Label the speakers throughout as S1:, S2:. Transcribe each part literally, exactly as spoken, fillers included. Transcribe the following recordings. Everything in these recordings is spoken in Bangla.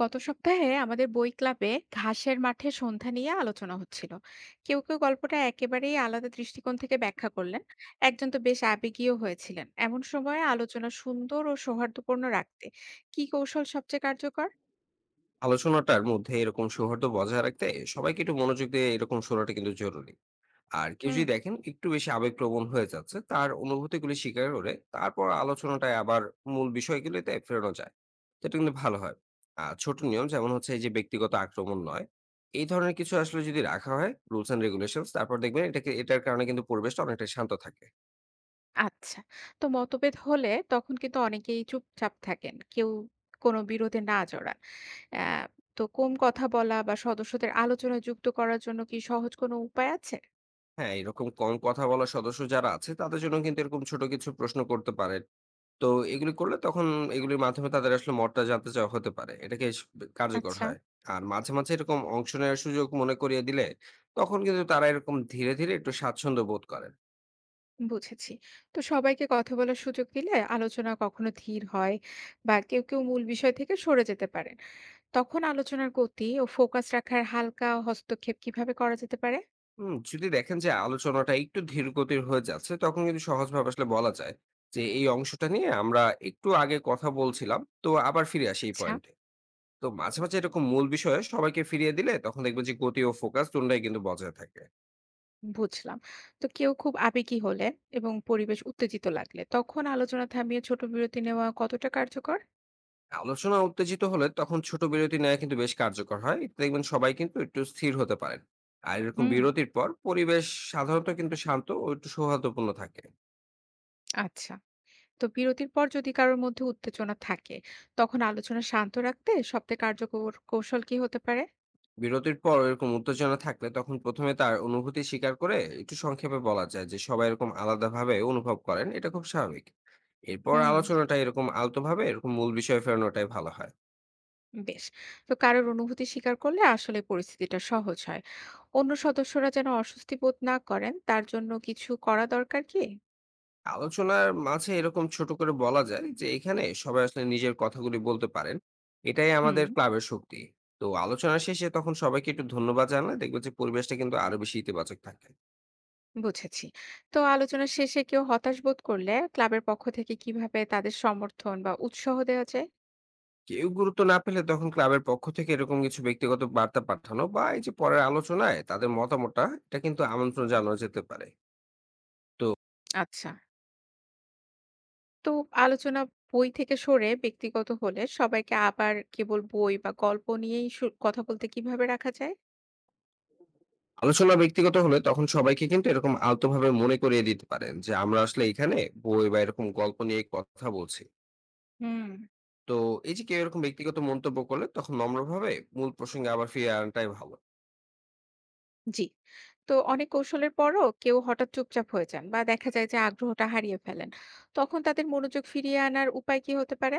S1: গত সপ্তাহে আমাদের বই ক্লাবে ঘাসের মাঠে সন্ধ্যা নিয়ে আলোচনা হচ্ছিল। কেউ কেউ গল্পটা একেবারেই আলাদা দৃষ্টিকোণ থেকে ব্যাখ্যা করলেন। একজন তো বেশ আবেগীয় হয়েছিলেন। এমন সময়ে আলোচনা সুন্দর ও সৌহার্দ্যপূর্ণ রাখতে কি কৌশল সবচেয়ে কার্যকর?
S2: আলোচনাটার মধ্যে এরকম সৌহার্দ্য বজায় রাখতে সবাইকে একটু মনোযোগ দিয়ে এরকম শোনাটা কিন্তু জরুরি। আর কেউ
S1: হুম।
S2: যদি দেখেন একটু বেশি আবেগপ্রবণ হয়ে যাচ্ছে, তার অনুভূতিগুলি স্বীকার করে তারপর আলোচনাটায় আবার মূল বিষয়গুলিতে ফেরানো যায়, সেটা কিন্তু ভালো হয়। আর ছোট নিয়ম যেমন হচ্ছে এই যে ব্যক্তিগত আক্রমণ নয়, এই ধরনের কিছু আসলে যদি রাখা হয় রুলস এন্ড রেগুলেশন, তারপর দেখবেন এটাকে এটার কারণে কিন্তু পরিবেশটা অনেকটা শান্ত থাকে।
S1: আচ্ছা। তো মতভেদ হলে তখন কিন্তু অনেকেই চুপচাপ থাকেন, কেউ কোনো বিরোধে না জড়ান। আহ তো কম কথা বলা বা সদস্যদের আলোচনায় যুক্ত করার জন্য কি সহজ কোনো উপায় আছে?
S2: হ্যাঁ, এরকম কম কথা বলা সদস্য যারা আছে তাদের জন্য কিন্তু এরকম ছোট কিছু প্রশ্ন করতে পারেন। তো এগুলি করলে তখন এগুলির মাধ্যমে তাদের আসলে মতটা জানতে চাওয়া হতে পারে। এটা বেশ কার্যকর
S1: আচ্ছা।
S2: হয়। আর মাঝে, মাঝে এরকম অংশ নেওয়ার সুযোগ মনে করিয়ে দিলে তখন কিন্তু তারা এরকম ধীরে, ধীরে একটু স্বাচ্ছন্দ্য বোধ করেন।
S1: বুঝেছি। তো সবাইকে কথা বলার সুযোগ দিলে আলোচনা কখনো ধীর হয় বা কেউ, কেউ মূল বিষয় থেকে সরে যেতে পারেন। তখন আলোচনার গতি ও ফোকাস রাখার হালকা হস্তক্ষেপ কিভাবে করা যেতে পারে?
S2: হুম? যদি দেখেন যে আলোচনাটা একটু ধীর গতির হয়ে যাচ্ছে, তখন কিন্তু সহজভাবে আসলে বলা যায় যে, "এই অংশটা নিয়ে আমরা একটু আগে কথা বলছিলাম। তো আবার ফিরে আসি এই
S1: আচ্ছা।
S2: পয়েন্টে।" তো মাঝে, মাঝে এরকম মূল বিষয়ে সবাইকে ফিরিয়ে দিলে তখন দেখবেন যে গতি ও ফোকাস দুই টাই কিন্তু বজায় থাকে।
S1: বুঝলাম। তো কেউ খুব আবেগী হলে এবং পরিবেশ উত্তেজিত লাগলে তখন আলোচনা থামিয়ে ছোট বিরতি নেওয়া কতটা কার্যকর?
S2: আলোচনা উত্তেজিত হলে তখন ছোট বিরতি নেওয়া কিন্তু বেশ কার্যকর হয়। এতে দেখবেন সবাই কিন্তু একটু স্থির হতে পারেন। আর এরকম
S1: হুম।
S2: বিরতির পর পরিবেশ সাধারণত কিন্তু শান্ত ও একটু সৌহার্দ্যপূর্ণ থাকে।
S1: আচ্ছা। তো বিরতির পর যদি কারোর মধ্যে উত্তেজনা থাকে তখন আলোচনা শান্ত রাখতে সবচেয়ে কার্যকর কৌশল কি হতে পারে?
S2: বিরতির পর এরকম উত্তেজনা থাকলে তখন প্রথমে তার অনুভূতি স্বীকার করে একটু সংক্ষেপে বলা যায় যে সবাই এরকম আলাদাভাবে অনুভব করেন, এটা খুব স্বাভাবিক। এরপর
S1: হুম।
S2: আলোচনাটা এরকম আলতোভাবে এরকম মূল বিষয়ে ফেরানোটাই ভালো হয়।
S1: বেশ। তো কারোর অনুভূতি স্বীকার করলে আসলে পরিস্থিতিটা সহজ হয়। অন্য সদস্যরা যেন অস্বস্তি বোধ না করেন তার জন্য কিছু করা দরকার কি?
S2: আলোচনার মাঝে এরকম ছোট করে বলা যায় যে এখানে সবাই আসলে নিজের কথাগুলি বলতে পারেন, এটাই
S1: হুম।
S2: আমাদের ক্লাবের শক্তি। তো আলোচনা শেষে তখন সবাইকে একটু ধন্যবাদ জানালে দেখবে যে পরিবেশটা কিন্তু আরো বেশি ইতিবাচক থাকে।
S1: বুঝেছি। তো আলোচনার শেষে কেউ হতাশ বোধ করলে ক্লাবের পক্ষ থেকে কিভাবে তাদের সমর্থন বা উৎসাহ দেওয়া যায়?
S2: কেউ গুরুত্ব না পেলে তখন ক্লাবের পক্ষ থেকে এরকম কিছু ব্যক্তিগত বার্তা পাঠানো বা এই যে পরের আলোচনায় তাদের মতামতটা এটা কিন্তু আমন্ত্রণ জানানো যেতে পারে। তো
S1: আচ্ছা। তো আলোচনা বই থেকে সরে ব্যক্তিগত হলে সবাইকে আবার কেবল বই বা গল্প নিয়েই শু- কথা বলতে কিভাবে রাখা যায়?
S2: আলোচনা ব্যক্তিগত হলে তখন সবাইকে কিন্তু এরকম আলতোভাবে মনে করিয়ে দিতে পারেন যে আমরা আসলে এখানে বই বা এরকম গল্প নিয়ে কথা বলছি।
S1: হুম।
S2: তো এই যে কেউ এরকম ব্যক্তিগত মন্তব্য করলে তখন নম্রভাবে মূল প্রসঙ্গে আবার ফিরে আনাটাই ভালো।
S1: জি। তো অনেক কৌশলের পরও কেউ হঠাৎ চুপচাপ হয়ে যান বা দেখা যায় যে আগ্রহটা হারিয়ে ফেলেন। তখন তাদের মনোযোগ ফিরিয়ে আনার উপায় কি হতে পারে?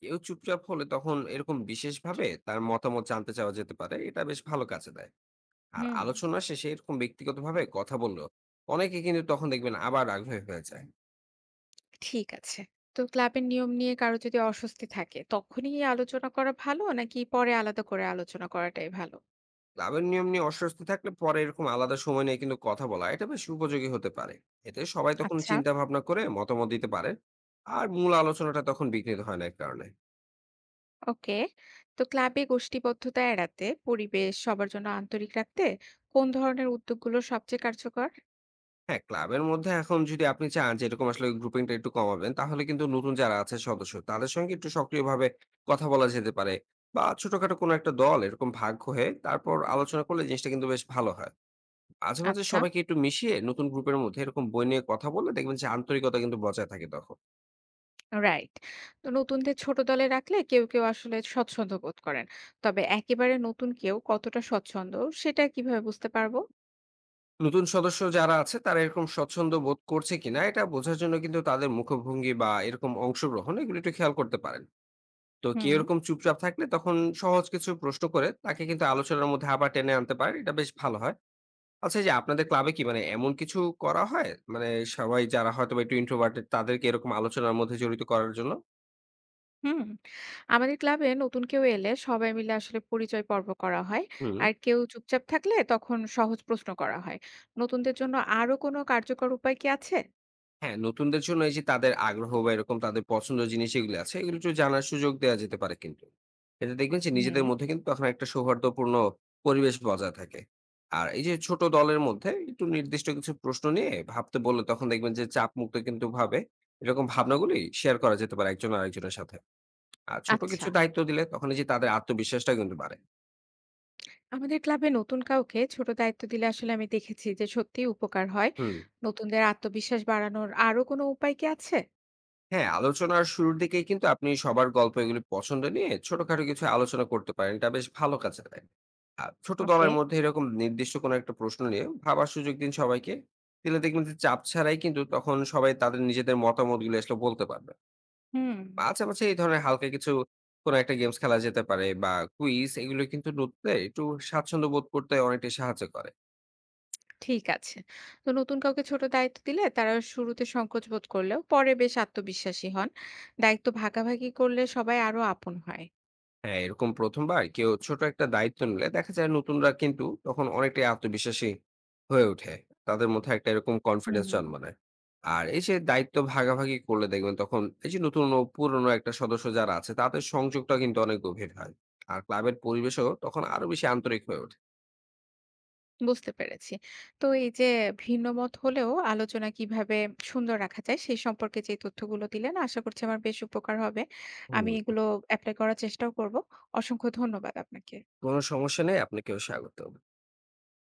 S2: কেউ চুপচাপ হলে তখন এরকম
S1: জি।
S2: বিশেষভাবে তার মতামত জানতে চাওয়া যেতে পারে, এটা বেশ ভালো কাজে দেয়। আর
S1: হুম।
S2: আলোচনা শেষে এরকম ব্যক্তিগতভাবে কথা বললো অনেকে কিন্তু তখন দেখবেন আবার আগ্রহী হয়ে যায়।
S1: ঠিক আছে। তো ক্লাবের নিয়ম নিয়ে কারো যদি অস্বস্তি থাকে তখনই আলোচনা করা ভালো নাকি পরে আলাদা করে আলোচনা করাটাই ভালো?
S2: ক্লাবের নিয়ম নিয়ে অস্বস্তি থাকলে পরে এরকম আলাদা সময় নিয়ে কিন্তু কথা বলা এটা বেশ উপযোগী হতে পারে। এতে সবাই তখন
S1: আচ্ছা।
S2: চিন্তা ভাবনা করে মতামত দিতে পারে। আর মূল আলোচনাটা তখন বিঘ্নিত হয় না এর কারণে।
S1: ওকে। তো ক্লাবে গোষ্ঠীবদ্ধতা এড়াতে পরিবেশ সবার জন্য আন্তরিক রাখতে কোন ধরনের উদ্যোগগুলো সবচেয়ে কার্যকর?
S2: হ্যাঁ, ক্লাবের মধ্যে এখন যদি আপনি চান যে এরকম আসলে গ্রুপিংটা একটু কমাবেন, তাহলে কিন্তু নতুন যারা আছে সদস্য, তাদের সঙ্গে একটু সক্রিয়ভাবে কথা বলা যেতে পারে। বা ছোটখাটো কোনো একটা দল এরকম ভাগ হয়ে তারপর আলোচনা করলে জিনিসটা কিন্তু বেশ ভালো হয়। মাঝে, মাঝে
S1: আচ্ছা।
S2: সবাইকে একটু মিশিয়ে নতুন গ্রুপের মধ্যে এরকম বই নিয়ে কথা বললে দেখবেন যে আন্তরিকতা কিন্তু বজায় থাকে তখন।
S1: রাইট। তো নতুনদের ছোট দলে রাখলে কেউ, কেউ আসলে স্বচ্ছন্দ বোধ করেন। তবে একেবারে নতুন কেউ কতটা স্বচ্ছন্দ সেটা কিভাবে বুঝতে পারবো?
S2: নতুন সদস্য যারা আছে তারা এরকম স্বচ্ছন্দ বোধ করছে কিনা এটা বোঝার জন্য কিন্তু তাদের মুখভঙ্গি বা এরকম অংশগ্রহণ এগুলো একটু খেয়াল করতে পারেন। তো কেউ
S1: হুম,
S2: এরকম চুপচাপ থাকলে তখন সহজ কিছু প্রশ্ন করে তাকে কিন্তু আলোচনার মধ্যে আবার টেনে আনতে পারে, এটা বেশ ভালো হয়। আচ্ছা, এই যে আপনাদের ক্লাবে কি মানে এমন কিছু করা হয় মানে সবাই যারা হয়তো বা একটু ইন্ট্রোভার্টেড তাদেরকে এরকম আলোচনার মধ্যে জড়িত করার জন্য?
S1: হুম। আমাদের ক্লাবে নতুন কেউ এলে সবাই মিলে আসলে পরিচয় পর্ব করা হয়।
S2: হুম।
S1: আর কেউ চুপচাপ থাকলে তখন সহজ প্রশ্ন করা হয়। নতুনদের জন্য আরো কোনো কার্যকর উপায় কি আছে?
S2: হ্যাঁ, নতুনদের জন্য এই যে তাদের আগ্রহ বা এরকম তাদের পছন্দের জিনিস এগুলো আছে, এগুলো একটু জানার সুযোগ দেওয়া যেতে পারে কিন্তু। এতে দেখবেন যে নিজেদের
S1: হুম,
S2: মধ্যে কিন্তু তখন একটা সৌহার্দ্যপূর্ণ পরিবেশ বজায় থাকে। আর এই যে ছোট দলের মধ্যে একটু নির্দিষ্ট কিছু প্রশ্ন নিয়ে ভাবতে বললে তখন দেখবেন যে চাপমুক্ত কিন্তু ভাবে এরকম ভাবনাগুলি শেয়ার করা যেতে পারে একজন আরেকজনের সাথে। আর ছোট
S1: আচ্ছা।
S2: কিছু দায়িত্ব দিলে তখন এই যে তাদের আত্মবিশ্বাসটা কিন্তু বাড়ে।
S1: আমাদের ক্লাবে নতুন কাউকে ছোট দায়িত্ব দিলে আসলে আমি দেখেছি যে সত্যিই উপকার হয়।
S2: হুম।
S1: নতুনদের আত্মবিশ্বাস বাড়ানোর আরো কোনো উপায় কি আছে?
S2: হ্যাঁ, আলোচনার শুরুর দিকেই কিন্তু আপনি সবার গল্প এগুলি পছন্দ নিয়ে ছোটখাটো কিছু আলোচনা করতে পারেন। এটা বেশ ভালো কাজে দেয়। আর ছোট
S1: ওকে।
S2: দলের মধ্যে এরকম নির্দিষ্ট কোনো একটা প্রশ্ন নিয়ে ভাবার সুযোগ দিন সবাইকে। দিলে দেখবেন যে চাপ ছাড়াই কিন্তু তখন সবাই তাদের নিজেদের মতামতগুলো আসলে বলতে পারবে।
S1: হুম,
S2: মাঝে, মাঝে এই ধরনের হালকা কিছু কোনো একটা গেমস খেলা যেতে পারে বা কুইজ এগুলো কিন্তু নতুনদের একটু স্বাচ্ছন্দ্য বোধ করতে অনেকটাই সাহায্য করে।
S1: ঠিক আছে। তো নতুন কাউকে ছোট দায়িত্ব দিলে তারা শুরুতে সংকোচ বোধ করলেও পরে বেশ আত্মবিশ্বাসী হন। দায়িত্ব ভাগাভাগি করলে সবাই আরো আপন হয়।
S2: হ্যাঁ, এরকম প্রথম বার কেউ ছোট একটা দায়িত্ব নিলে দেখা যায় নতুনরা কিন্তু তখন অনেকটাই আত্মবিশ্বাসী হয়ে ওঠে। তাদের মধ্যে একটা এরকম
S1: হুম,
S2: কনফিডেন্স
S1: হুম।
S2: জন্ম নেয়। আর এই যে দায়িত্ব ভাগাভাগি করলে দেখবেন তখন এই যে নতুন ও পুরনো একটা সদস্য যারা আছে তাদের সংযোগটা কিন্তু অনেক গভীর হয়। আর ক্লাবের পরিবেশও তখন আরো বেশি আন্তরিক হয়ে ওঠে।
S1: বুঝতে পেরেছি। তো এই যে ভিন্ন মত হলেও আলোচনা কিভাবে সুন্দর রাখা যায় সেই সম্পর্কে যে তথ্যগুলো দিলেন আশা করছি আমার বেশ উপকার হবে।
S2: হুম।
S1: আমি এগুলো এপ্লাই করার চেষ্টাও করব। অসংখ্য ধন্যবাদ আপনাকে।
S2: কোনো সমস্যা নেই। আপনাকেও স্বাগতম।